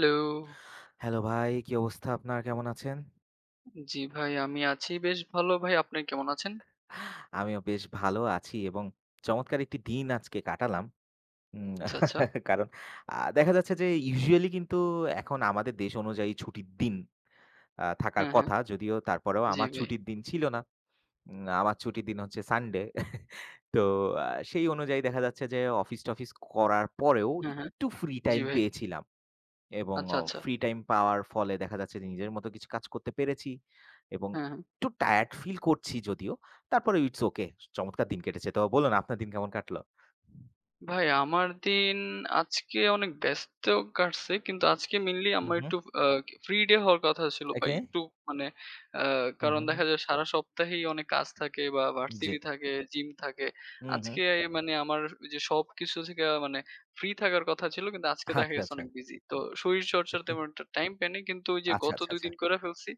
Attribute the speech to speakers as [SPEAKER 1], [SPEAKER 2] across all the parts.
[SPEAKER 1] Hello.
[SPEAKER 2] Hello ভাই, কি অবস্থা আপনার? কেমন আছেন?
[SPEAKER 1] জি ভাই, আমি আছি বেশ ভালো ভাই। আপনি কেমন আছেন?
[SPEAKER 2] আমিও বেশ ভালো আছি এবং চমৎকার একটি দিন আজকে কাটালাম। উম
[SPEAKER 1] আচ্ছা, আচ্ছা।
[SPEAKER 2] কারণ দেখা যাচ্ছে যে ইউজুয়ালি কিন্তু এখন আমাদের দেশ অনুযায়ী ছুটির দিন থাকার
[SPEAKER 1] হ্যাঁ, হ্যাঁ।
[SPEAKER 2] কথা। যদিও তারপরেও
[SPEAKER 1] জি
[SPEAKER 2] আমার
[SPEAKER 1] ভাই।
[SPEAKER 2] ছুটির দিন ছিল না। আমার ছুটির দিন হচ্ছে সানডে। তো সেই অনুযায়ী দেখা যাচ্ছে যে অফিস-টফিস করার পরেও
[SPEAKER 1] হ্যাঁ, হ্যাঁ।
[SPEAKER 2] একটু ফ্রি
[SPEAKER 1] জি
[SPEAKER 2] টাইম
[SPEAKER 1] ভাই।
[SPEAKER 2] পেয়েছিলাম। এবং
[SPEAKER 1] আচ্ছা, আচ্ছা।
[SPEAKER 2] ফ্রি টাইম পাওয়ার ফলে দেখা যাচ্ছে যে নিজের মতো কিছু কাজ করতে পেরেছি এবং
[SPEAKER 1] হ্যাঁ, হ্যাঁ।
[SPEAKER 2] একটু টায়ার্ড ফিল করছি যদিও। তারপরে ইটস ওকে। চমৎকার দিন কেটেছে। তো বলুন আপনার দিন কেমন কাটলো?
[SPEAKER 1] ভাই আমার দিন আজকে অনেক ব্যস্ত কাটছে। কিন্তু আজকে মেইনলি
[SPEAKER 2] হুম,
[SPEAKER 1] আমার
[SPEAKER 2] হুম।
[SPEAKER 1] একটু আ ফ্রি ডে হওয়ার কথা ছিল ভাই।
[SPEAKER 2] ওকে।
[SPEAKER 1] একটু মানে আ
[SPEAKER 2] হুম,
[SPEAKER 1] কারণ
[SPEAKER 2] হুম, হুম।
[SPEAKER 1] দেখা যায় সারা সপ্তাহেই অনেক কাজ থাকে বা
[SPEAKER 2] জি।
[SPEAKER 1] ভার্সিটি থাকে, জিম থাকে।
[SPEAKER 2] হুম, হুম।
[SPEAKER 1] আজকে মানে আমার ওই যে সবকিছু থেকে মানে ফ্রি থাকার কথা ছিল। কিন্তু আজকে দেখা
[SPEAKER 2] আচ্ছা,
[SPEAKER 1] গেছে
[SPEAKER 2] আচ্ছা।
[SPEAKER 1] অনেক বিজি। তো শরীরচর্চার তেমন একটা টাইম পাইনি। কিন্তু ওই যে
[SPEAKER 2] আচ্ছা,
[SPEAKER 1] গত
[SPEAKER 2] আচ্ছা,
[SPEAKER 1] ২
[SPEAKER 2] আচ্ছা।
[SPEAKER 1] দিন করে ফেলছি।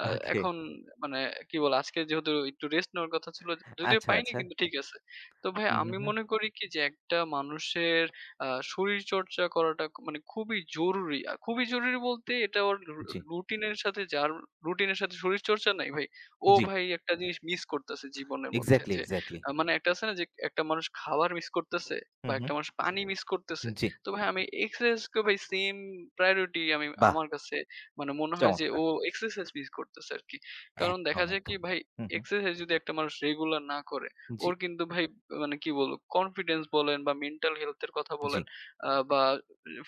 [SPEAKER 1] আ
[SPEAKER 2] ওকে।
[SPEAKER 1] এখন মানে কি বলে আজকে যেহেতু একটু রেস্ট নেওয়ার কথা ছিল। যদিও
[SPEAKER 2] আচ্ছা,
[SPEAKER 1] পাইনি
[SPEAKER 2] আচ্ছা।
[SPEAKER 1] কিন্তু ঠিক আছে। তো ভাই
[SPEAKER 2] হুম, হুম,
[SPEAKER 1] আমি
[SPEAKER 2] হুম।
[SPEAKER 1] মনে করি কি যে একটা মানুষের আ শরীরচর্চা করাটা মানে খুবই জরুরি। খুবই জরুরি বলতে এটা ওর
[SPEAKER 2] জি,
[SPEAKER 1] রুটিনের সাথে রুটিনের সাথে শরীরচর্চা নাই ভাই, ও
[SPEAKER 2] জি।
[SPEAKER 1] ভাই একটা জিনিস মিস করতেছে জীবনের মধ্যে
[SPEAKER 2] এক্সাক্টলি,
[SPEAKER 1] যে
[SPEAKER 2] এক্সাক্টলি।
[SPEAKER 1] মানে একটা আছে না যে একটা মানুষ খাবার মিস করতেছে বা
[SPEAKER 2] হুম, হুম।
[SPEAKER 1] একটা মানুষ পানি মিস করতেছে।
[SPEAKER 2] জি।
[SPEAKER 1] তো ভাই আমি এক্সারসাইজ কে ভাই সেম প্রায়োরিটি আমি
[SPEAKER 2] বাহ!
[SPEAKER 1] আমার কাছে মানে মনে হয় যে ও
[SPEAKER 2] চমৎকার।
[SPEAKER 1] এক্সারসাইজ মিস করতেছে আরকি। কারণ দেখা
[SPEAKER 2] একদম,
[SPEAKER 1] যায় কি
[SPEAKER 2] একদম।
[SPEAKER 1] ভাই
[SPEAKER 2] হুম, হুম।
[SPEAKER 1] এক্সারসাইজ যদি একটা মানুষ রেগুলার না করে,
[SPEAKER 2] জি,
[SPEAKER 1] ওর কিন্তু ভাই মানে কি বলবো? কনফিডেন্স বলেন বা মেন্টাল হেলথ এর কথা
[SPEAKER 2] জি।
[SPEAKER 1] বলেন বা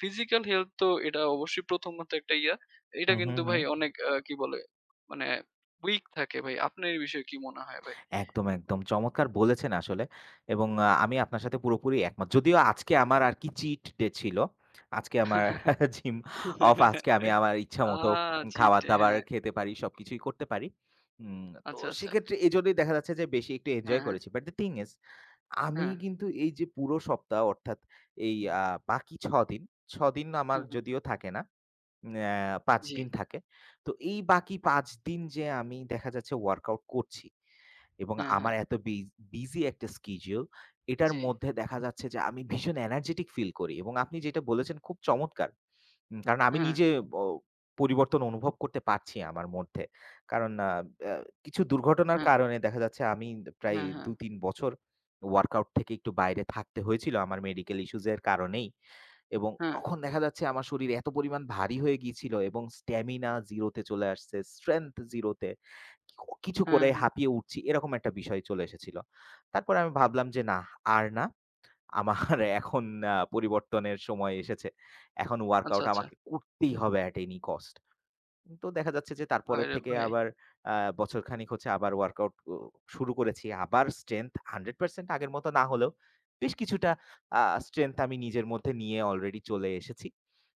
[SPEAKER 1] ফিজিক্যাল হেলথ তো এটা অবশ্যই প্রথমত একটা ইয়া। এটা
[SPEAKER 2] হুম,
[SPEAKER 1] কিন্তু
[SPEAKER 2] হুম,
[SPEAKER 1] ভাই
[SPEAKER 2] হুম।
[SPEAKER 1] অনেক কি বলে? মানে উইক থাকে ভাই। আপনার এই বিষয়ে কি মনে হয় ভাই?
[SPEAKER 2] একদম, একদম। চমৎকার বলেছেন আসলে। এবং আমি আপনার সাথে পুরোপুরি একমত। যদিও আজকে আমার আর কি চিট ডে ছিল। আজকে আমার জিম অফ। আজকে আমি আমার
[SPEAKER 1] আ
[SPEAKER 2] ইচ্ছামত
[SPEAKER 1] জি, ডে
[SPEAKER 2] খাবার-দাবার
[SPEAKER 1] হ্যাঁ।
[SPEAKER 2] খেতে পারি, সবকিছুই করতে পারি। তো
[SPEAKER 1] আচ্ছা, আচ্ছা।
[SPEAKER 2] সেক্ষেত্রে এজন্যই দেখা যাচ্ছে যে বেশি একটু
[SPEAKER 1] হ্যাঁ,
[SPEAKER 2] এনজয়
[SPEAKER 1] হ্যাঁ,
[SPEAKER 2] করেছি। বাট the thing is আমি
[SPEAKER 1] হ্যাঁ,
[SPEAKER 2] কিন্তু এই যে পুরো সপ্তাহ অর্থাৎ এই বাকি ৬ দিন আমার
[SPEAKER 1] হ্যাঁ, হ্যাঁ,
[SPEAKER 2] যদিও থাকে না। ৫
[SPEAKER 1] জি।
[SPEAKER 2] দিন থাকে। তো এই বাকি ৫ দিন যে আমি দেখা যাচ্ছে ওয়ার্কআউট করছি এবং
[SPEAKER 1] হ্যাঁ, হ্যাঁ,
[SPEAKER 2] আমার এত বি বিজি একটা স্কেডিউল এটার
[SPEAKER 1] জি।
[SPEAKER 2] মধ্যে দেখা যাচ্ছে যে আমি ভীষণ এনার্জেটিক ফিল করি এবং আপনি যেটা বলেছেন খুব চমৎকার। কারণ আমি
[SPEAKER 1] হ্যাঁ,
[SPEAKER 2] নিজে ব পরিবর্তন অনুভব করতে পারছি আমার মধ্যে। কারণ আ অ্যা কিছু দুর্ঘটনার
[SPEAKER 1] হ্যাঁ,
[SPEAKER 2] কারণে দেখা যাচ্ছে আমি প্রায়
[SPEAKER 1] হ্যাঁ, হ্যাঁ,
[SPEAKER 2] ২-৩ বছর ওয়ার্কআউট থেকে একটু বাইরে থাকতে হয়েছিল আমার মেডিকেল ইস্যুজ এর কারণেই। এবং
[SPEAKER 1] হ্যাঁ,
[SPEAKER 2] তখন দেখা যাচ্ছে আমার শরীর এত পরিমাণ ভারী হয়ে গিয়েছিল এবং স্ট্যামিনা 0 তে চলে আসছে, স্ট্রেংথ 0 তে। কিছু
[SPEAKER 1] হ্যাঁ,
[SPEAKER 2] করে
[SPEAKER 1] হ্যাঁ।
[SPEAKER 2] হাঁপিয়ে উঠছি এরকম একটা বিষয় চলে এসেছিল। তারপরে আমি ভাবলাম যে না, আর না। আমার এখন পরিবর্তনের সময় এসেছে। এখন
[SPEAKER 1] আচ্ছা,
[SPEAKER 2] ওয়ার্কআউট
[SPEAKER 1] আচ্ছা।
[SPEAKER 2] আমাকে করতেই হবে at any cost. তো দেখা যাচ্ছে যে তারপরের
[SPEAKER 1] ভাইরে
[SPEAKER 2] থেকে
[SPEAKER 1] ভাই।
[SPEAKER 2] আবার আ বছরখানেক হচ্ছে আবার ওয়ার্কআউট ও শুরু করেছি। আবার স্ট্রেংথ 100% আগের মতো না হলেও বেশ কিছুটা আ স্ট্রেংথ আমি নিজের মধ্যে নিয়ে অলরেডি চলে এসেছি।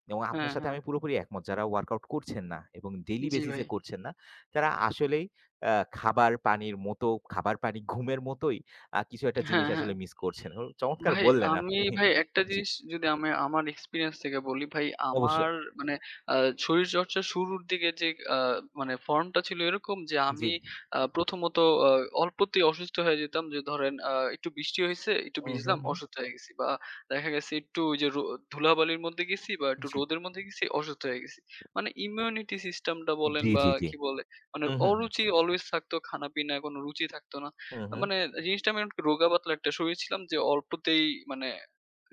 [SPEAKER 2] এবং
[SPEAKER 1] হ্যাঁ,
[SPEAKER 2] আপনার সাথে
[SPEAKER 1] হ্যাঁ।
[SPEAKER 2] আমি পুরোপুরি একমত। যারা ওয়ার্কআউট করছেন না এবং ডেইলি
[SPEAKER 1] জি
[SPEAKER 2] বেসিস
[SPEAKER 1] ভাই।
[SPEAKER 2] এ করছেন না, তারা আসলেই আ খাবার পানির মতো, খাবার পানি ঘুমের মতোই কিছু একটা
[SPEAKER 1] হ্যাঁ,
[SPEAKER 2] জিনিস
[SPEAKER 1] হ্যাঁ।
[SPEAKER 2] আসলে মিস করছেন। ও চমৎকার
[SPEAKER 1] ভাই
[SPEAKER 2] বললেন
[SPEAKER 1] আমি
[SPEAKER 2] আপনি।
[SPEAKER 1] ভাই একটা
[SPEAKER 2] জি,
[SPEAKER 1] জিনিস যদি আমি আমার এক্সপেরিয়েন্স থেকে বলি ভাই আমার
[SPEAKER 2] অবশ্যই।
[SPEAKER 1] মানে আ শরীরচর্চার শুরুর দিকে যে আ মানে ফর্মটা ছিল এরকম যে
[SPEAKER 2] জি।
[SPEAKER 1] আমি প্রথমত আ অল্পতেই অসুস্থ হয়ে যেতাম যে ধরেন একটু বৃষ্টি হইছে, একটু
[SPEAKER 2] হুম, হুম,
[SPEAKER 1] ভিজলাম
[SPEAKER 2] হুম।
[SPEAKER 1] অসুস্থ হয়ে গেছি। বা দেখা গেছে একটু ওই যে ধুলাবালির মধ্যে গেছি বা একটু
[SPEAKER 2] জি।
[SPEAKER 1] রোদের মধ্যে গেছি অসুস্থ হয়ে গেছি। মানে ইমিউনিটি সিস্টেমটা বলেন
[SPEAKER 2] জি,
[SPEAKER 1] বা
[SPEAKER 2] জি, জি।
[SPEAKER 1] কি বলে মানে
[SPEAKER 2] হুম, হুম, হুম।
[SPEAKER 1] অরুচি অলওয়েজ থাকতো, খানাপিনায় কোনো রুচি থাকতো না।
[SPEAKER 2] হুম, হুম।
[SPEAKER 1] মানে জিনিসটা আমি একটু রোগা পাতলা একটা শরীর ছিলাম যে অল্পতেই মানে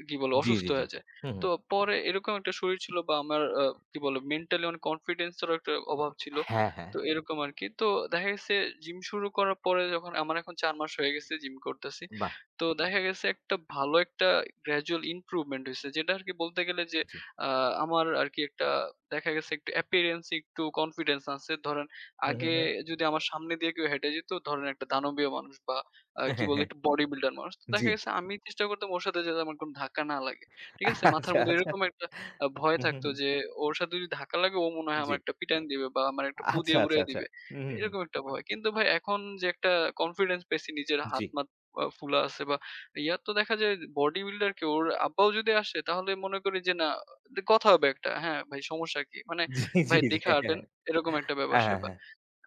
[SPEAKER 1] কি বলে
[SPEAKER 2] জি,
[SPEAKER 1] অসুস্থ
[SPEAKER 2] জি, জি।
[SPEAKER 1] হয়ে যায়।
[SPEAKER 2] হুম, হুম।
[SPEAKER 1] তো পরে এরকম একটা শরীর ছিল বা আমার কি বলে মেন্টালি অনেক কনফিডেন্স এরও একটা অভাব ছিল।
[SPEAKER 2] হ্যাঁ, হ্যাঁ।
[SPEAKER 1] তো এরকম আরকি। তো দেখা গেছে জিম শুরু করার পরে যখন আমার এখন ৪ মাস হয়ে গেছে জিম করতেছি।
[SPEAKER 2] বাহ!
[SPEAKER 1] তো দেখা গেছে একটা ভালো একটা গ্র্যাজুয়াল ইমপ্রুভমেন্ট হইছে। যেটা আরকি বলতে গেলে যে
[SPEAKER 2] জি।
[SPEAKER 1] আ আমার আরকি একটা দেখা গেছে একটু অ্যাপিয়ারেন্স এ একটু কনফিডেন্স আছে। ধরেন
[SPEAKER 2] হুম, হুম,
[SPEAKER 1] আগে
[SPEAKER 2] হুম।
[SPEAKER 1] যদি আমার সামনে দিয়ে কেউ হেঁটে যেত ধরেন একটা দানবীয় মানুষ বা কি
[SPEAKER 2] হ্যাঁ,
[SPEAKER 1] বলে
[SPEAKER 2] হ্যাঁ।
[SPEAKER 1] একটু বডি বিল্ডার মানুষ। তো
[SPEAKER 2] জি।
[SPEAKER 1] দেখা গেছে আমি চেষ্টা করতাম ওর সাথে যাতে আমার কোনো ধাক্কা না লাগে। ঠিক আছে? মাথার
[SPEAKER 2] আচ্ছা,
[SPEAKER 1] মধ্যে
[SPEAKER 2] আচ্ছা।
[SPEAKER 1] এরকম একটা ভয়
[SPEAKER 2] হুম, হুম,
[SPEAKER 1] থাকতো
[SPEAKER 2] হুম।
[SPEAKER 1] যে ওর সাথে যদি ধাক্কা লাগে ও মনে হয়
[SPEAKER 2] জি।
[SPEAKER 1] আমার একটা পিটান দিবে বা আমার একটা ফু
[SPEAKER 2] আচ্ছা,
[SPEAKER 1] দিয়ে
[SPEAKER 2] আচ্ছা,
[SPEAKER 1] উড়ায়
[SPEAKER 2] আচ্ছা।
[SPEAKER 1] দিবে।
[SPEAKER 2] হুম, হুম, হুম।
[SPEAKER 1] এরকম একটা ভয়। কিন্তু ভাই এখন যে একটা কনফিডেন্স পেয়েছি নিজের
[SPEAKER 2] জি।
[SPEAKER 1] হাত-মাত ফুলা আছে বা ইয়া তো দেখা যায় বডি বিল্ডার কে ওর আব্বাও যদি আসে তাহলে মনে করি যে না কথা হবে একটা। হ্যাঁ, ভাই সমস্যা কি? মানে
[SPEAKER 2] জি, জি,
[SPEAKER 1] ভাই
[SPEAKER 2] জি।
[SPEAKER 1] দেখা
[SPEAKER 2] হ্যাঁ,
[SPEAKER 1] হাঁটেন
[SPEAKER 2] হ্যাঁ,
[SPEAKER 1] এরকম একটা
[SPEAKER 2] হ্যাঁ,
[SPEAKER 1] ব্যাপার-স্যাপার।
[SPEAKER 2] হ্যাঁ।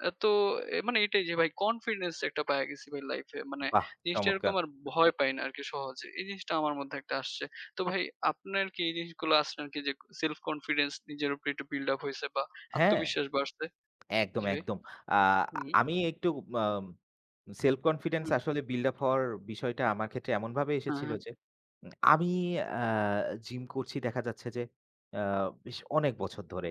[SPEAKER 1] তো মানে এটাই যে ভাই কনফিডেন্স একটা পাইয়া গেছি ভাই লাইফে। মানে
[SPEAKER 2] বাহ!
[SPEAKER 1] জিনিসটা এরকম
[SPEAKER 2] চমৎকার।
[SPEAKER 1] আর ভয় পাই না আরকি সহজে। এই জিনিসটা আমার মধ্যে একটা আসছে। তো ভাই আপনার কি এই জিনিসগুলো আসছে নাকি যে সেলফ কনফিডেন্স নিজের উপরে একটু বিল্ড আপ হইছে বা
[SPEAKER 2] হ্যাঁ,
[SPEAKER 1] আত্মবিশ্বাস বাড়ছে?
[SPEAKER 2] একদম,
[SPEAKER 1] জি ভাই।
[SPEAKER 2] একদম। আ
[SPEAKER 1] হুম,
[SPEAKER 2] আমি একটু আম self confidence
[SPEAKER 1] হুম।
[SPEAKER 2] আসলে build up হওয়ার বিষয়টা আমার ক্ষেত্রে এমনভাবে
[SPEAKER 1] হ্যাঁ,
[SPEAKER 2] এসেছিল
[SPEAKER 1] হ্যাঁ,
[SPEAKER 2] যে, উম, আমি আ জিম করছি দেখা যাচ্ছে যে, আ বেশ অনেক বছর ধরে।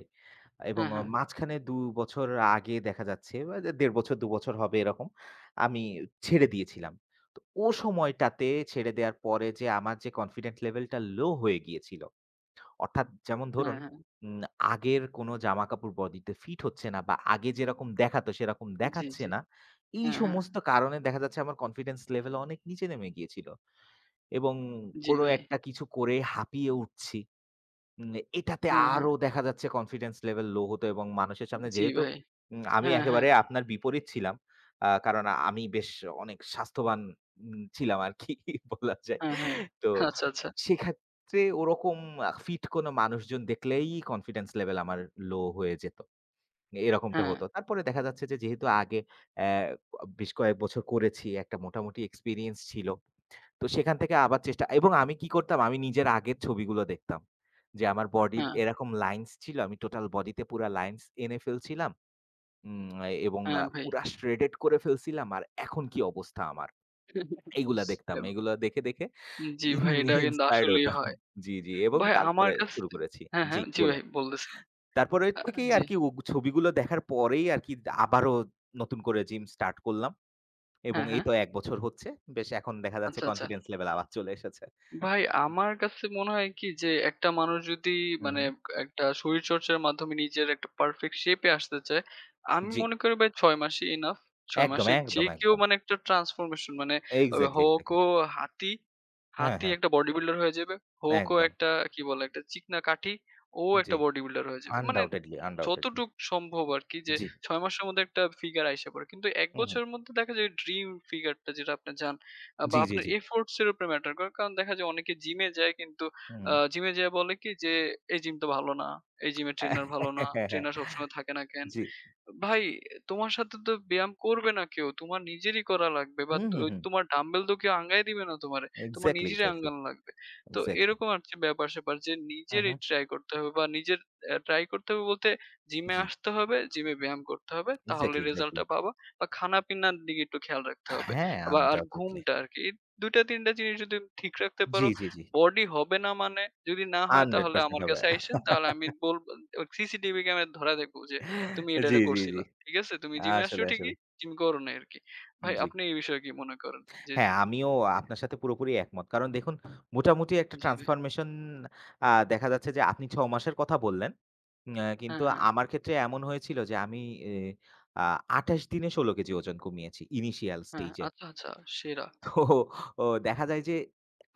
[SPEAKER 2] এবং
[SPEAKER 1] হ্যাঁ, হ্যাঁ,
[SPEAKER 2] মাঝখানে ২ বছর আগে দেখা যাচ্ছে বা ১.৫ বছর ২ বছর হবে এরকম আমি ছেড়ে দিয়েছিলাম। তো ও সময়টাতে ছেড়ে দেওয়ার পরে যে আমার যে কনফিডেন্ট লেভেলটা লো হয়ে গিয়েছিল। অর্থাৎ যেমন
[SPEAKER 1] হ্যাঁ,
[SPEAKER 2] ধরুন
[SPEAKER 1] হ্যাঁ।
[SPEAKER 2] উম আগের কোনো জামাকাপড় বডিতে ফিট হচ্ছে না বা আগে যেরকম দেখাতো সেরকম
[SPEAKER 1] জি,
[SPEAKER 2] দেখাচ্ছে
[SPEAKER 1] জি।
[SPEAKER 2] না। এই
[SPEAKER 1] হ্যাঁ, হ্যাঁ।
[SPEAKER 2] সমস্ত কারণে দেখা যাচ্ছে আমার কনফিডেন্স লেভেল অনেক নিচে নেমে গিয়েছিল এবং
[SPEAKER 1] জি
[SPEAKER 2] কোনো
[SPEAKER 1] ভাই।
[SPEAKER 2] একটা কিছু করে হাঁপিয়ে উঠছি। উম এটাতে
[SPEAKER 1] হ্যাঁ, হ্যাঁ।
[SPEAKER 2] আরো দেখা যাচ্ছে কনফিডেন্স লেভেল লো হতো এবং মানুষের সামনে
[SPEAKER 1] জি
[SPEAKER 2] যেহেতু
[SPEAKER 1] ভাই।
[SPEAKER 2] আমি
[SPEAKER 1] হ্যাঁ, হ্যাঁ,
[SPEAKER 2] একেবারে আপনার বিপরীত ছিলাম। কারণ আমি বেশ অনেক স্বাস্থ্যবান ছিলাম আরকি বলা যায়।
[SPEAKER 1] হ্যাঁ, হ্যাঁ।
[SPEAKER 2] তো
[SPEAKER 1] আচ্ছা, আচ্ছা।
[SPEAKER 2] সেক্ষেত্রে ওরকম ফিট কোনো মানুষজন দেখলেই কনফিডেন্স লেভেল আমার লো হয়ে যেত। এরকমটা
[SPEAKER 1] হ্যাঁ,
[SPEAKER 2] হতো। তারপরে দেখা যাচ্ছে যে যেহেতু আগে অ্যা বেশ কয়েক বছর করেছি, একটা মোটামুটি এক্সপেরিয়েন্স ছিল। তো সেখান থেকে আবার চেষ্টা এবং আমি কি করতাম আমি নিজের আগের ছবিগুলো দেখতাম। যে আমার বডির
[SPEAKER 1] হ্যাঁ,
[SPEAKER 2] এরকম লাইনস ছিল। আমি টোটাল বডিতে পুরা লাইনস এনে ফেলছিলাম। উম এবং
[SPEAKER 1] হ্যাঁ ভাই।
[SPEAKER 2] পুরা শ্রেডেড করে ফেলছিলাম। আর এখন কি অবস্থা আমার? এগুলা দেখতাম। এগুলা দেখে দেখে
[SPEAKER 1] জি
[SPEAKER 2] ইন
[SPEAKER 1] ভাই এটা কিন্তু
[SPEAKER 2] ইন্সপায়ার্ড
[SPEAKER 1] আসলেই
[SPEAKER 2] হতাম।
[SPEAKER 1] হয়।
[SPEAKER 2] জি, জি এবং
[SPEAKER 1] ভাই আমার
[SPEAKER 2] তারপরে
[SPEAKER 1] কাছে
[SPEAKER 2] শুরু করেছি।
[SPEAKER 1] হ্যাঁ,
[SPEAKER 2] জি,
[SPEAKER 1] হ্যাঁ। জি ভাই
[SPEAKER 2] বলুন।
[SPEAKER 1] বলতেছিলাম।
[SPEAKER 2] তারপরে
[SPEAKER 1] আ
[SPEAKER 2] থেকেই
[SPEAKER 1] জি।
[SPEAKER 2] আরকি ও ছবিগুলো দেখার পরেই আরকি আবারও নতুন করে জিম স্টার্ট করলাম এবং
[SPEAKER 1] হ্যাঁ,
[SPEAKER 2] এই
[SPEAKER 1] হ্যাঁ।
[SPEAKER 2] তো ১ বছর হচ্ছে। বেশ এখন দেখা যাচ্ছে
[SPEAKER 1] আচ্ছা, আচ্ছা।
[SPEAKER 2] কনফিডেন্স লেভেল আবার চলে এসেছে।
[SPEAKER 1] ভাই
[SPEAKER 2] জি।
[SPEAKER 1] আমার কাছে মনে হয় কি যে একটা মানুষ যদি
[SPEAKER 2] হু,
[SPEAKER 1] মানে
[SPEAKER 2] হু।
[SPEAKER 1] একটা শরীরচর্চার মাধ্যমে নিজের একটা পারফেক্ট শেপে আসতে চায়, আমি
[SPEAKER 2] জি।
[SPEAKER 1] মনে করি ভাই ৬ মাসই ইনাফ। ৬
[SPEAKER 2] একদম,
[SPEAKER 1] মাসে যে
[SPEAKER 2] একদম,
[SPEAKER 1] কেউ
[SPEAKER 2] একদম।
[SPEAKER 1] মানে একটা ট্রান্সফরমেশন মানে ওই
[SPEAKER 2] এক্সাক্টলি,
[SPEAKER 1] হোক
[SPEAKER 2] এক্সাক্টলি।
[SPEAKER 1] ও হাতি,
[SPEAKER 2] হ্যাঁ,
[SPEAKER 1] হাতি
[SPEAKER 2] হ্যাঁ।
[SPEAKER 1] একটা বডি বিল্ডার হয়ে যাবে। হোক ও
[SPEAKER 2] একদম।
[SPEAKER 1] একটা কি বলে একটা চিকনা কাঠি, ও একটা
[SPEAKER 2] জি।
[SPEAKER 1] বডি বিল্ডার হয়ে যাবে। মানে
[SPEAKER 2] আনডাউটেডলি, আনডাউটেডলি।
[SPEAKER 1] যতটুক সম্ভব আরকি যে
[SPEAKER 2] জি।
[SPEAKER 1] ৬ মাসের মধ্যে একটা ফিগার আইসা পড়ে। কিন্তু ১
[SPEAKER 2] হুম, হুম।
[SPEAKER 1] বছরের মধ্যে দেখা যায় ড্রিম ফিগারটা যেটা আপনার বা
[SPEAKER 2] জি, জি,
[SPEAKER 1] আপনার
[SPEAKER 2] জি।
[SPEAKER 1] এফোর্টস এর উপরে ম্যাটার করে। কারণ দেখা যায় অনেকে জিমে যায় কিন্তু
[SPEAKER 2] হুম।
[SPEAKER 1] জিমে যেয়ে বলে কি যে, "এই জিম তো ভালো না। এই জিমের ট্রেইনার ভালো না। ট্রেইনার সবসময় থাকে না কেন?
[SPEAKER 2] জি।
[SPEAKER 1] ভাই তোমার সাথে তো ব্যায়াম করবে না কেউ। তোমার নিজেরই করা লাগবে বা
[SPEAKER 2] হুম, হুম, হুম।
[SPEAKER 1] তোমার ডাম্বেল তো কেউ আঙ্গায় দিবে না তোমারে। তোমার
[SPEAKER 2] এক্সাক্টলি,
[SPEAKER 1] নিজেরই
[SPEAKER 2] এক্সাক্টলি,
[SPEAKER 1] আঙ্গানো লাগবে। তো
[SPEAKER 2] এক্সাক্টলি।
[SPEAKER 1] এরকম আরকি ব্যাপার-স্যাপার যে
[SPEAKER 2] হুম,
[SPEAKER 1] নিজেরই
[SPEAKER 2] হুম।
[SPEAKER 1] ট্রাই করতে হবে বা নিজের ট্রাই করতে হবে বলতে জিমে
[SPEAKER 2] জি।
[SPEAKER 1] আসতে হবে, জিমে ব্যায়াম করতে হবে। তাহলে
[SPEAKER 2] এক্সাক্টলি, এক্সাক্টলি।
[SPEAKER 1] রেজাল্টটা পাবা। বা খানাপিনার দিকে একটু খেয়াল রাখতে হবে।
[SPEAKER 2] হ্যাঁ,
[SPEAKER 1] বা আর
[SPEAKER 2] আনডাউটেডলি।
[SPEAKER 1] ঘুমটা আরকি। এই ২ টা ৩ টা জিনিস যদি ঠিক রাখতে পারো,
[SPEAKER 2] জি, জি, জি।
[SPEAKER 1] বডি হবে না মানে যদি না হয় তাহলে
[SPEAKER 2] 100%
[SPEAKER 1] আমার
[SPEAKER 2] হবে।
[SPEAKER 1] কাছে আইসেন। তাহলে আমি বলব সিসিটিভি ক্যামেরা ধরায় দেখব যে তুমি এটা,
[SPEAKER 2] জি,
[SPEAKER 1] এটা
[SPEAKER 2] জি, জি।
[SPEAKER 1] করছিলা। ঠিক আছে? তুমি জিমে আসছো
[SPEAKER 2] আসলে, আসলে।
[SPEAKER 1] ঠিকই, জিম করো নাই আরকি। ভাই
[SPEAKER 2] জি।
[SPEAKER 1] আপনি এই বিষয়ে কি মনে করেন? যে
[SPEAKER 2] হ্যাঁ, আমিও আপনার সাথে পুরোপুরি একমত। কারণ দেখুন মোটামুটি একটা
[SPEAKER 1] জি ভাই।
[SPEAKER 2] ট্রান্সফরমেশন দেখা যাচ্ছে যে আপনি ৬ মাসের কথা বললেন। কিন্তু
[SPEAKER 1] হ্যাঁ, হ্যাঁ,
[SPEAKER 2] আমার ক্ষেত্রে এমন হয়েছিল যে আমি এ আ ২৮ দিনে ১৬ কেজি ওজন কমিয়েছি ইনিশিয়াল
[SPEAKER 1] হ্যাঁ।
[SPEAKER 2] স্টেজ এ।
[SPEAKER 1] আচ্ছা, আচ্ছা সেরা।
[SPEAKER 2] তো ও দেখা যায় যে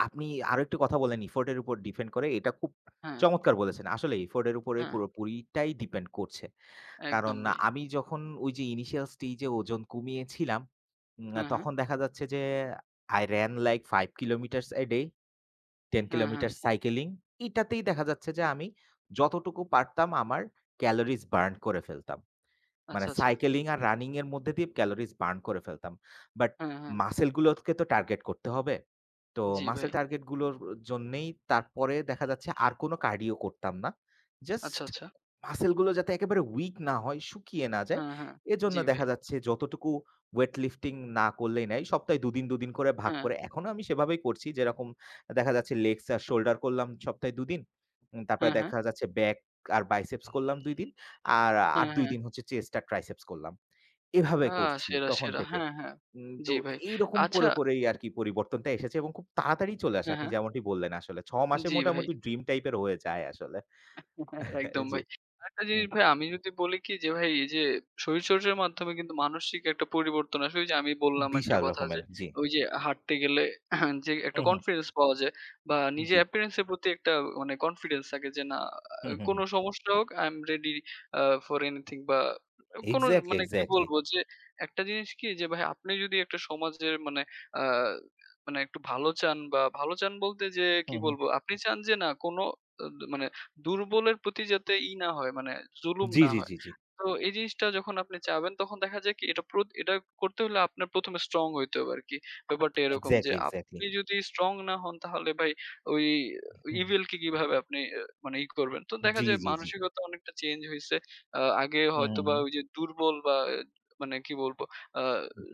[SPEAKER 2] আপনি আরো একটু কথা বললেন effort এর উপর ডিপেন্ড করে। এটা খুব
[SPEAKER 1] হ্যাঁ,
[SPEAKER 2] চমৎকার বলেছেন। আসলে effort এর উপরে
[SPEAKER 1] হ্যাঁ,
[SPEAKER 2] পুরোপুরিটাই ডিপেন্ড করছে।
[SPEAKER 1] একদম
[SPEAKER 2] কারণ
[SPEAKER 1] ভাই।
[SPEAKER 2] আমি যখন ওই যে initial stage এ ওজন কমিয়েছিলাম,
[SPEAKER 1] হ্যাঁ, হ্যাঁ,
[SPEAKER 2] তখন দেখা যাচ্ছে যে I ran like 5 kilometers a day, 10
[SPEAKER 1] হ্যাঁ, হ্যাঁ।
[SPEAKER 2] kilometers cycling. এটাতেই দেখা যাচ্ছে যে আমি যতটুকু পারতাম আমার ক্যালোরিজ বার্ন করে ফেলতাম। মানে
[SPEAKER 1] আচ্ছা, আচ্ছা।
[SPEAKER 2] সাইকেলিং আর রানিং এর মধ্যে দিয়ে ক্যালোরিজ বার্ন করে ফেলতাম। বাট
[SPEAKER 1] হ্যাঁ, হ্যাঁ।
[SPEAKER 2] মাসল গুলোকে তো টার্গেট করতে হবে। তো
[SPEAKER 1] জি ভাই।
[SPEAKER 2] মাসল টার্গেট গুলোর জন্যেই তারপরে দেখা যাচ্ছে আর কোনো কার্ডিও করতাম না।
[SPEAKER 1] আচ্ছা,
[SPEAKER 2] জাস্ট
[SPEAKER 1] আচ্ছা।
[SPEAKER 2] মাসল গুলো যাতে একেবারে উইক না হয়, শুকিয়ে না যায়।
[SPEAKER 1] হ্যাঁ, হ্যাঁ।
[SPEAKER 2] এজন্য
[SPEAKER 1] জি ভাই।
[SPEAKER 2] দেখা যাচ্ছে যতটুকু ওয়েট লিফটিং না করলেই নাই। সপ্তাহে ২ দিন করে ভাগ
[SPEAKER 1] হ্যাঁ,
[SPEAKER 2] করে এখনো আমি সেভাবেই করছি। যেরকম দেখা যাচ্ছে লেগস আর শোল্ডার করলাম সপ্তাহে ২ দিন। তারপরে
[SPEAKER 1] হ্যাঁ, হ্যাঁ,
[SPEAKER 2] দেখা যাচ্ছে ব্যাক আর বাইসেপস করলাম ২ দিন। আর আর
[SPEAKER 1] হ্যাঁ,
[SPEAKER 2] ২
[SPEAKER 1] হ্যাঁ।
[SPEAKER 2] দিন হচ্ছে চেস্ট আর ট্রাইসেপস করলাম। এভাবে
[SPEAKER 1] আ
[SPEAKER 2] করছি
[SPEAKER 1] সেরা,
[SPEAKER 2] তখন
[SPEAKER 1] সেরা।
[SPEAKER 2] থেকে।
[SPEAKER 1] হ্যাঁ, হ্যাঁ।
[SPEAKER 2] তো
[SPEAKER 1] জি ভাই।
[SPEAKER 2] এইরকম
[SPEAKER 1] আচ্ছা
[SPEAKER 2] করেই আরকি পরিবর্তনটা এসেছে এবং খুব তাড়াতাড়ি চলে আসে।
[SPEAKER 1] হ্যাঁ,
[SPEAKER 2] আপনি
[SPEAKER 1] হ্যাঁ।
[SPEAKER 2] যেমনটি বললেন আসলে ৬ মাসে
[SPEAKER 1] জি ভাই।
[SPEAKER 2] মোটামুটি ড্রিম টাইপের হয়ে যায় আসলে।
[SPEAKER 1] হ্যাঁ, একদম
[SPEAKER 2] জি।
[SPEAKER 1] ভাই। আরেকটা
[SPEAKER 2] হুম।
[SPEAKER 1] জিনিস ভাই আমি যদি বলি কি যে ভাই এই যে শরীরচর্চার মাধ্যমে কিন্তু মানসিক একটা পরিবর্তন আসে। ওই যে আমি বললাম একটা
[SPEAKER 2] বিশাল
[SPEAKER 1] কথা যে
[SPEAKER 2] রকমের। জি।
[SPEAKER 1] ওই যে হাঁটতে গেলে যে একটা
[SPEAKER 2] হুম, হুম।
[SPEAKER 1] কনফিডেন্স পাওয়া যায় বা
[SPEAKER 2] জি।
[SPEAKER 1] নিজের appearance এর প্রতি একটা মানে কনফিডেন্স থাকে যে না
[SPEAKER 2] হুম, হুম,
[SPEAKER 1] কোন
[SPEAKER 2] হুম।
[SPEAKER 1] সমস্যা হোক I am ready a for anything বা কোন
[SPEAKER 2] এক্সাক্টলি,
[SPEAKER 1] মানে কি
[SPEAKER 2] এক্সাক্টলি।
[SPEAKER 1] বলবো যে একটা জিনিস কি যে ভাই আপনি যদি একটা সমাজের মানে আ মানে একটু ভালো চান বা ভালো চান বলতে যে কি
[SPEAKER 2] হুম, হুম।
[SPEAKER 1] বলবো আপনি চান যে না কোন অ মানে দুর্বলের প্রতি যাতে না হয় মানে জুলুম
[SPEAKER 2] জি,
[SPEAKER 1] না
[SPEAKER 2] জি,
[SPEAKER 1] হয়।
[SPEAKER 2] জি, জি।
[SPEAKER 1] তো এই জিনিসটা যখন আপনি চাবেন তখন দেখা যায় কি এটা করতে হলে আপনার ১ম এ স্ট্রং হইতে হবে আরকি। ব্যাপারটা এরকম যে
[SPEAKER 2] এক্সাক্টলি, এক্সাক্টলি।
[SPEAKER 1] আপনি যদি স্ট্রং না হন তাহলে ভাই ওই
[SPEAKER 2] হুম, হুম।
[SPEAKER 1] ইভিল কে কিভাবে আপনি মানে ই করবেন। তো দেখা
[SPEAKER 2] জি,
[SPEAKER 1] যায়
[SPEAKER 2] জি, জি।
[SPEAKER 1] মানসিকতা অনেকটা চেঞ্জ হইছে। আগে
[SPEAKER 2] হুম, হুম,
[SPEAKER 1] হয়তোবা
[SPEAKER 2] হুম।
[SPEAKER 1] ওই যে দুর্বল বা আহ, মানে কি বলবো আ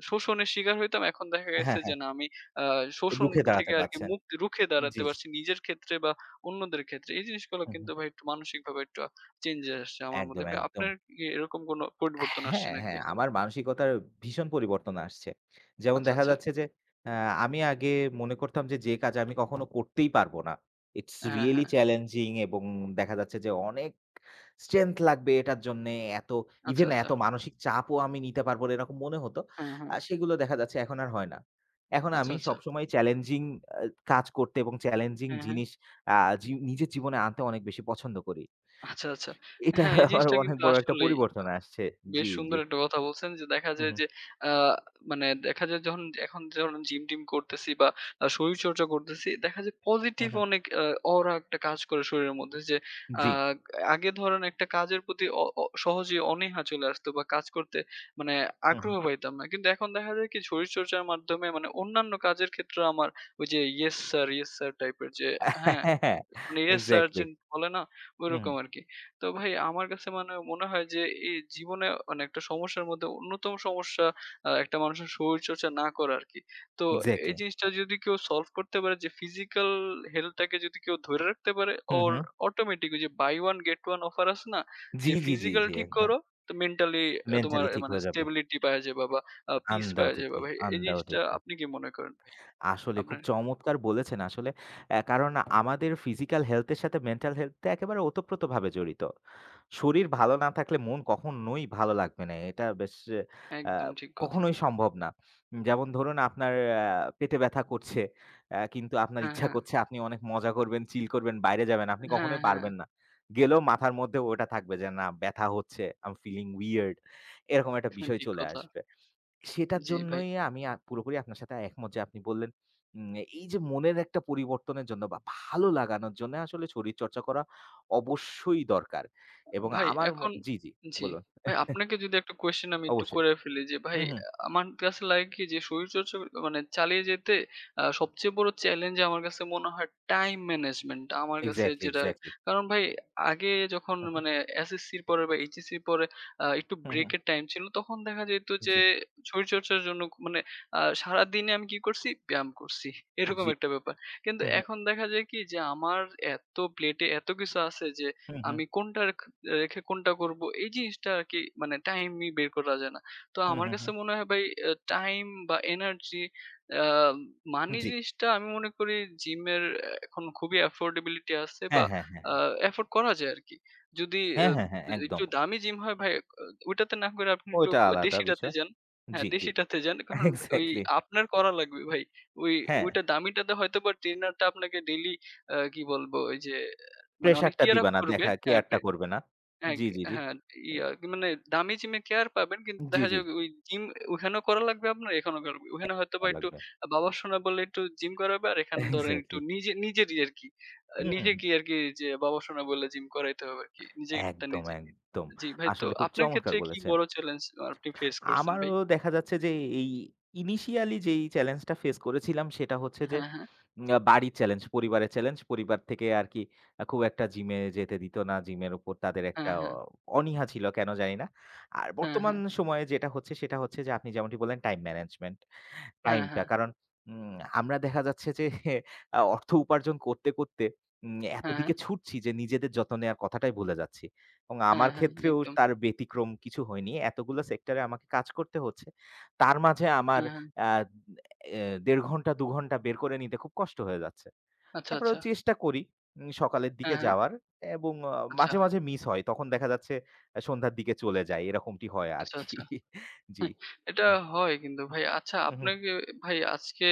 [SPEAKER 1] শোষণের শিকার হইতাম। এখন দেখা গেছে
[SPEAKER 2] হ্যাঁ, হ্যাঁ।
[SPEAKER 1] যে না আমি আ শোষণ
[SPEAKER 2] রুখে
[SPEAKER 1] থেকে
[SPEAKER 2] দাঁড়াতে
[SPEAKER 1] আরকি
[SPEAKER 2] পারছেন।
[SPEAKER 1] মুক্ত রুখে
[SPEAKER 2] জি,
[SPEAKER 1] দাঁড়াতে
[SPEAKER 2] জি।
[SPEAKER 1] পারছি নিজের ক্ষেত্রে বা অন্যদের ক্ষেত্রে এই জিনিসগুলো
[SPEAKER 2] হুম,
[SPEAKER 1] কিন্তু
[SPEAKER 2] হুম।
[SPEAKER 1] ভাই একটু মানসিকভাবে একটু চেঞ্জেস আসছে আমার মধ্যে।
[SPEAKER 2] একদম,
[SPEAKER 1] ভাই
[SPEAKER 2] একদম।
[SPEAKER 1] আপনার কি এরকম কোনো পরিবর্তন আসছে
[SPEAKER 2] হ্যাঁ,
[SPEAKER 1] নাকি?
[SPEAKER 2] হ্যাঁ, আমার মানসিকতার ভীষণ পরিবর্তন আসছে। যেমন
[SPEAKER 1] আচ্ছা,
[SPEAKER 2] দেখা
[SPEAKER 1] আচ্ছা।
[SPEAKER 2] যাচ্ছে যে আ আমি আগে মনে করতাম যে, যে কাজ আমি কখনো করতেই পারবো না। ইটস
[SPEAKER 1] হ্যাঁ,
[SPEAKER 2] রিয়ালি
[SPEAKER 1] হ্যাঁ।
[SPEAKER 2] চ্যালেঞ্জিং এবং দেখা যাচ্ছে যে অনেক স্ট্রেংথ লাগবে এটার জন্যে, এত
[SPEAKER 1] আচ্ছা,
[SPEAKER 2] ইভেন
[SPEAKER 1] আচ্ছা।
[SPEAKER 2] এত মানসিক চাপও আমি নিতে পারবো না এরকম মনে হতো।
[SPEAKER 1] হ্যাঁ, হ্যাঁ।
[SPEAKER 2] সেগুলো দেখা যাচ্ছে এখন আর হয় না। এখন
[SPEAKER 1] আচ্ছা,
[SPEAKER 2] আমি
[SPEAKER 1] আচ্ছা।
[SPEAKER 2] সবসময় চ্যালেঞ্জিং আ কাজ করতে এবং চ্যালেঞ্জিং
[SPEAKER 1] হ্যাঁ, হ্যাঁ।
[SPEAKER 2] জিনিস আ জি নিজের জীবনে আনতে অনেক বেশি পছন্দ করি।
[SPEAKER 1] আচ্ছা, আচ্ছা।
[SPEAKER 2] এটা
[SPEAKER 1] হ্যাঁ, এই
[SPEAKER 2] আমার
[SPEAKER 1] জিনিসটা
[SPEAKER 2] অনেক
[SPEAKER 1] কিন্তু
[SPEAKER 2] বড় একটা
[SPEAKER 1] আসলেই।
[SPEAKER 2] পরিবর্তন আসছে।
[SPEAKER 1] বেশ
[SPEAKER 2] জি, জি।
[SPEAKER 1] সুন্দর একটা কথা বলছেন যে দেখা
[SPEAKER 2] হু,
[SPEAKER 1] যায়
[SPEAKER 2] হু।
[SPEAKER 1] যে আ মানে দেখা যায় যখন এখন যখন জিম-টিম করতেছি বা শরীরচর্চা করতেছি দেখা যায়
[SPEAKER 2] হুম,
[SPEAKER 1] পজিটিভ
[SPEAKER 2] হুম।
[SPEAKER 1] অনেক অরা একটা কাজ করে শরীরের মধ্যে যে আ
[SPEAKER 2] জি।
[SPEAKER 1] আগে ধরেন একটা কাজের প্রতি অ অ সহজেই অনীহা চলে আসতো বা কাজ করতে মানে
[SPEAKER 2] হুম, হুম।
[SPEAKER 1] আগ্রহ পাইতাম না। কিন্তু এখন দেখা যায় কি শরীরচর্চার মাধ্যমে মানে অন্যান্য কাজের ক্ষেত্রে আমার ওই যে "ইয়েস স্যার, ইয়েস স্যার" টাইপের যে হ্যাঁ
[SPEAKER 2] হ্যাঁ, হ্যাঁ। এক্সাক্টলি,
[SPEAKER 1] রিসার্চিং বলে না?
[SPEAKER 2] হুম, এক্স্যাক্টলি
[SPEAKER 1] ঐরকম
[SPEAKER 2] হুম।
[SPEAKER 1] আরকি। তো ভাই আমার কাছে মানে মনে হয় যে এই জীবনে মানে একটা সমস্যার মধ্যে অন্যতম সমস্যা একটা মানুষের শরীরচর্চা না করা আরকি। তো এই
[SPEAKER 2] এক্সাক্টলি।
[SPEAKER 1] জিনিসটা যদি কেউ সলভ করতে পারে যে ফিজিক্যাল হেলথ টাকে যদি কেউ ধরে রাখতে পারে
[SPEAKER 2] হুম,
[SPEAKER 1] ওর
[SPEAKER 2] হুম।
[SPEAKER 1] অটোমেটিক ওই যে buy one get one offer আছে না?
[SPEAKER 2] জি,
[SPEAKER 1] যে
[SPEAKER 2] জি, জি,
[SPEAKER 1] ফিজিক্যাল
[SPEAKER 2] জি,
[SPEAKER 1] ঠিক
[SPEAKER 2] একদম।
[SPEAKER 1] করো তো মেন্টালি তোমার
[SPEAKER 2] মেন্টালি ঠিক
[SPEAKER 1] মানে
[SPEAKER 2] হয়ে যাবে।
[SPEAKER 1] স্টেবিলিটি পাওয়া যাবা বা পিস পাওয়া যাবা
[SPEAKER 2] আনডাউটেডলি,
[SPEAKER 1] ভাই। এই জিনিসটা
[SPEAKER 2] আনডাউটেডলি।
[SPEAKER 1] আপনি কি মনে করেন ভাই?
[SPEAKER 2] আসলে খুব
[SPEAKER 1] আপনার
[SPEAKER 2] চমৎকার বলেছেন আসলে। কারণ আমাদের ফিজিক্যাল হেলথ এর সাথে মেন্টাল হেলথ টা একেবারে ওতপ্রোতভাবে জড়িত। শরীর ভালো না থাকলে মন কখনোই ভালো লাগবে না। এটা বেশ অ্যা
[SPEAKER 1] একদম ঠিক কথা।
[SPEAKER 2] কখনোই সম্ভব না। যেমন ধরুন আপনার পেটে ব্যথা করছে, কিন্তু আপনার
[SPEAKER 1] হ্যাঁ,
[SPEAKER 2] ইচ্ছা
[SPEAKER 1] হ্যাঁ।
[SPEAKER 2] করছে আপনি অনেক মজা করবেন, চিল করবেন, বাইরে যাবেন। আপনি
[SPEAKER 1] হ্যাঁ,
[SPEAKER 2] কখনোই
[SPEAKER 1] হ্যাঁ।
[SPEAKER 2] পারবেন না। গেলেও মাথার মধ্যে ওটা থাকবে যে, "না ব্যথা হচ্ছে, আই এম ফিলিং উইয়ার্ড" এরকম একটা বিষয়
[SPEAKER 1] ঠিক
[SPEAKER 2] চলে
[SPEAKER 1] কথা।
[SPEAKER 2] আসবে। সেটার
[SPEAKER 1] জি ভাই।
[SPEAKER 2] জন্যই আমি পুরোপুরি আপনার সাথে একমত যে আপনি বললেন, উম এই যে মনের একটা পরিবর্তনের জন্য বা ভালো লাগানোর জন্য আসলে শরীরচর্চা করা অবশ্যই দরকার। এবং
[SPEAKER 1] ভাই
[SPEAKER 2] আমার
[SPEAKER 1] এখন
[SPEAKER 2] মন জি, জি
[SPEAKER 1] জি।
[SPEAKER 2] বলুন।
[SPEAKER 1] ভাই আপনাকে যদি একটা কোয়েশ্চেন আমি একটু
[SPEAKER 2] অবশ্যই।
[SPEAKER 1] করে ফেলি যে ভাই
[SPEAKER 2] হুম, হুম।
[SPEAKER 1] আমার কাছে লাগে কি যে শরীরচর্চা মানে চালিয়ে যেতে সবচেয়ে বড় চ্যালেঞ্জ আমার কাছে মনে হয় টাইম ম্যানেজমেন্ট টা আমার কাছে
[SPEAKER 2] এক্সাক্টলি,
[SPEAKER 1] যেটা
[SPEAKER 2] এক্সাক্টলি।
[SPEAKER 1] কারণ ভাই আগে যখন
[SPEAKER 2] হুম, হুম।
[SPEAKER 1] মানে এসএসসির পরে বা এইচএসসির পরে একটু
[SPEAKER 2] হুম, হুম।
[SPEAKER 1] ব্রেকের টাইম ছিল তখন দেখা যেত যে
[SPEAKER 2] জি,
[SPEAKER 1] শরীরচর্চার জন্য মানে সারাদিনে আমি কি করছি? ব্যায়াম করছি। এরকম
[SPEAKER 2] জি।
[SPEAKER 1] একটা ব্যাপার। কিন্তু
[SPEAKER 2] হুম, হুম।
[SPEAKER 1] এখন দেখা যায় কি যে আমার এত প্লেটে এত কিছু আছে যে
[SPEAKER 2] হুম, হুম।
[SPEAKER 1] আমি কোনটা রেখ রেখে কোনটা করবো এই জিনিসটা আরকি মানে টাইমই বের করা যায় না। তো
[SPEAKER 2] হুম,
[SPEAKER 1] আমার
[SPEAKER 2] হুম,
[SPEAKER 1] কাছে
[SPEAKER 2] হুম।
[SPEAKER 1] মনে হয় ভাই টাইম বা এনার্জি আ মানি
[SPEAKER 2] জি।
[SPEAKER 1] জিনিসটা আমি মনে করি জিমের এখন খুবই এফোর্ডেবিলিটি আছে বা
[SPEAKER 2] হ্যাঁ, হ্যাঁ, হ্যাঁ,
[SPEAKER 1] আ
[SPEAKER 2] হ্যাঁ।
[SPEAKER 1] এফোর্ড করা যায় আরকি। যদি আ
[SPEAKER 2] হ্যাঁ, হ্যাঁ, হ্যাঁ।
[SPEAKER 1] একটু
[SPEAKER 2] একদম।
[SPEAKER 1] দামি জিম হয় ভাই আহ, ওইটাতে না করে আপনি একটু
[SPEAKER 2] ওইটা আলাদা
[SPEAKER 1] দেশিটাতে
[SPEAKER 2] বিষয়।
[SPEAKER 1] যান। হ্যাঁ,
[SPEAKER 2] জি, জি।
[SPEAKER 1] দেশিটাতে যান। কারণ ওই
[SPEAKER 2] এক্সাক্টলি।
[SPEAKER 1] আপনার করা লাগবে ভাই। ওই
[SPEAKER 2] হ্যাঁ,
[SPEAKER 1] ওইটা দামিটাতে হয়তোবা ট্রেনারটা আপনাকে ডেইলি কি বলবো ওই যে মানে অনেক
[SPEAKER 2] প্রেশারটা
[SPEAKER 1] cheer up
[SPEAKER 2] দিবা না।
[SPEAKER 1] করবে।
[SPEAKER 2] দেখা
[SPEAKER 1] হ্যাঁ,
[SPEAKER 2] কেয়ারটা করবে না।
[SPEAKER 1] হ্যাঁ,
[SPEAKER 2] জি, জি, জি।
[SPEAKER 1] হ্যাঁ,
[SPEAKER 2] এ
[SPEAKER 1] ইয়া কি মানে দামি জিমে কেয়ার পাবেন। কিন্তু
[SPEAKER 2] জি,
[SPEAKER 1] দেখা
[SPEAKER 2] জি।
[SPEAKER 1] যায় ওই জিম ওখানেও করা লাগবে আপনার, এখানেও করা লাগবে।
[SPEAKER 2] এ
[SPEAKER 1] ওখানে হয়তোবা
[SPEAKER 2] ভালো
[SPEAKER 1] একটু
[SPEAKER 2] লাগবে।
[SPEAKER 1] বাবা শোনা বলে একটু জিম করাবে। আর এখানে ধরেন একটু
[SPEAKER 2] এক্সাক্টলি।
[SPEAKER 1] নিজে নিজেরই আরকি।
[SPEAKER 2] হুম,
[SPEAKER 1] নিজেকেই আরকি যে বাবা শোনা বলে জিম করাইতে হবে আরকি। নিজেরটা
[SPEAKER 2] একদম,
[SPEAKER 1] নিজে।
[SPEAKER 2] একদম।
[SPEAKER 1] জি ভাই, তো
[SPEAKER 2] আসলে খুব
[SPEAKER 1] আপনার
[SPEAKER 2] চমৎকার
[SPEAKER 1] ক্ষেত্রে কি
[SPEAKER 2] বলেছেন।
[SPEAKER 1] বড় চ্যালেঞ্জ আপনি ফেস করছেন
[SPEAKER 2] আমারও
[SPEAKER 1] ভাই?
[SPEAKER 2] দেখা যাচ্ছে যে এই ইনিশিয়ালি যেই চ্যালেঞ্জটা ফেস করেছিলাম সেটা হচ্ছে যে
[SPEAKER 1] হ্যাঁ, হ্যাঁ,
[SPEAKER 2] উম আ বাড়ির চ্যালেঞ্জ, পরিবারের চ্যালেঞ্জ। পরিবার থেকে আরকি খুব একটা জিমে যেতে দিত না। জিমের উপর তাদের একটা
[SPEAKER 1] হ্যাঁ, হ্যাঁ,
[SPEAKER 2] অনীহা ছিল কেন জানি না। আর
[SPEAKER 1] হ্যাঁ,
[SPEAKER 2] বর্তমান
[SPEAKER 1] হ্যাঁ,
[SPEAKER 2] সময়ে যেটা হচ্ছে সেটা হচ্ছে যে আপনি যেমনটি বললেন টাইম ম্যানেজমেন্ট।
[SPEAKER 1] হ্যাঁ,
[SPEAKER 2] টাইমটা
[SPEAKER 1] হ্যাঁ,
[SPEAKER 2] কারণ আমরা দেখা যাচ্ছে যে অর্থ উপার্জন করতে
[SPEAKER 1] হ্যাঁ, হ্যাঁ,
[SPEAKER 2] এতদিকে ছুটছি যে নিজেদের যত্ন নেওয়ার কথাটাই ভুলে যাচ্ছি। এবং
[SPEAKER 1] হ্যাঁ,
[SPEAKER 2] আমার
[SPEAKER 1] হ্যাঁ,
[SPEAKER 2] ক্ষেত্রেও
[SPEAKER 1] একদম।
[SPEAKER 2] তার ব্যতিক্রম কিছু হয়নি। এতগুলো সেক্টরে আমাকে কাজ করতে হচ্ছে। তার মাঝে আমার
[SPEAKER 1] হ্যাঁ, হ্যাঁ।
[SPEAKER 2] আ অ্যা ১.৫ ঘন্টা ২ ঘন্টা বের করে নিতে খুব কষ্ট হয়ে যাচ্ছে।
[SPEAKER 1] আচ্ছা,
[SPEAKER 2] তারপরেও
[SPEAKER 1] আচ্ছা।
[SPEAKER 2] চেষ্টা করি সকালের
[SPEAKER 1] হ্যাঁ,
[SPEAKER 2] দিকে
[SPEAKER 1] হ্যাঁ।
[SPEAKER 2] যাওয়ার এবং
[SPEAKER 1] আচ্ছা,
[SPEAKER 2] মাঝে মাঝে মিস হয়। তখন দেখা যাচ্ছে সন্ধ্যার দিকে চলে যাই। এরকমটি হয়
[SPEAKER 1] আচ্ছা,
[SPEAKER 2] আরকি।
[SPEAKER 1] আচ্ছা।
[SPEAKER 2] জি।
[SPEAKER 1] এটা হয় কিন্তু ভাই। আচ্ছা
[SPEAKER 2] হুম, হুম।
[SPEAKER 1] আপনাকে ভাই আজকে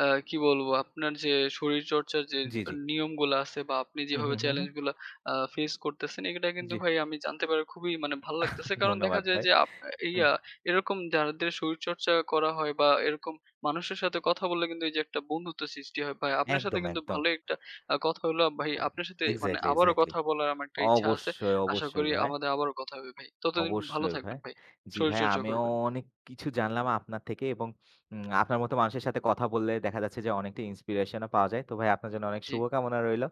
[SPEAKER 1] আ কি বলবো আপনার যে শরীরচর্চার যে
[SPEAKER 2] জি, জি।
[SPEAKER 1] নিয়মগুলা আছে বা আপনি
[SPEAKER 2] হুম,
[SPEAKER 1] যেভাবে
[SPEAKER 2] হুম, হুম,
[SPEAKER 1] চ্যালেঞ্জ
[SPEAKER 2] হুম।
[SPEAKER 1] গুলা ফেস করতেছেন এটা কিন্তু
[SPEAKER 2] জি।
[SPEAKER 1] ভাই আমি জানতে পারে খুবই মানে ভালো লাগতেছে। কারণ দেখা
[SPEAKER 2] ধন্যবাদ
[SPEAKER 1] যায়
[SPEAKER 2] ভাই।
[SPEAKER 1] যে
[SPEAKER 2] হুম।
[SPEAKER 1] ইয়া এরকম যাদের শরীরচর্চা করা হয় বা এরকম মানুষের সাথে কথা বললে কিন্তু এই যে একটা বন্ধুত্ব সৃষ্টি হয় ভাই। আপনার সাথে
[SPEAKER 2] একদম,
[SPEAKER 1] কিন্তু
[SPEAKER 2] একদম।
[SPEAKER 1] ভালো একটা কথা হলো ভাই। আপনার সাথে মানে
[SPEAKER 2] এক্সাক্টলি,
[SPEAKER 1] আবারও
[SPEAKER 2] এক্সাক্টলি।
[SPEAKER 1] কথা বলার আমার একটা ইচ্ছা আছে।
[SPEAKER 2] অবশ্যই,
[SPEAKER 1] আশা
[SPEAKER 2] অবশ্যই
[SPEAKER 1] করি
[SPEAKER 2] ভাই।
[SPEAKER 1] আমাদের আবারও কথা হবে ভাই। ততদিন ভালো
[SPEAKER 2] অবশ্যই
[SPEAKER 1] থাকবেন
[SPEAKER 2] ভাই।
[SPEAKER 1] ভাই।
[SPEAKER 2] জি ভাই,
[SPEAKER 1] শরীরচর্চা
[SPEAKER 2] আমিও
[SPEAKER 1] করবেন।
[SPEAKER 2] অনেক কিছু জানলাম আপনার থেকে এবং আপনার মতো মানুষের সাথে কথা বললে দেখা যাচ্ছে যে অনেকটা ইন্সপিরেশন ও পাওয়া যায়। তো ভাই আপনার জন্য অনেক
[SPEAKER 1] জি।
[SPEAKER 2] শুভকামনা রইলো।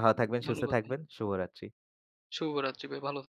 [SPEAKER 2] ভালো থাকবেন, সুস্থ
[SPEAKER 1] ধন্যবাদ ভাই।
[SPEAKER 2] থাকবেন। শুভরাত্রি।
[SPEAKER 1] শুভরাত্রি ভাই। ভালো থাকবেন।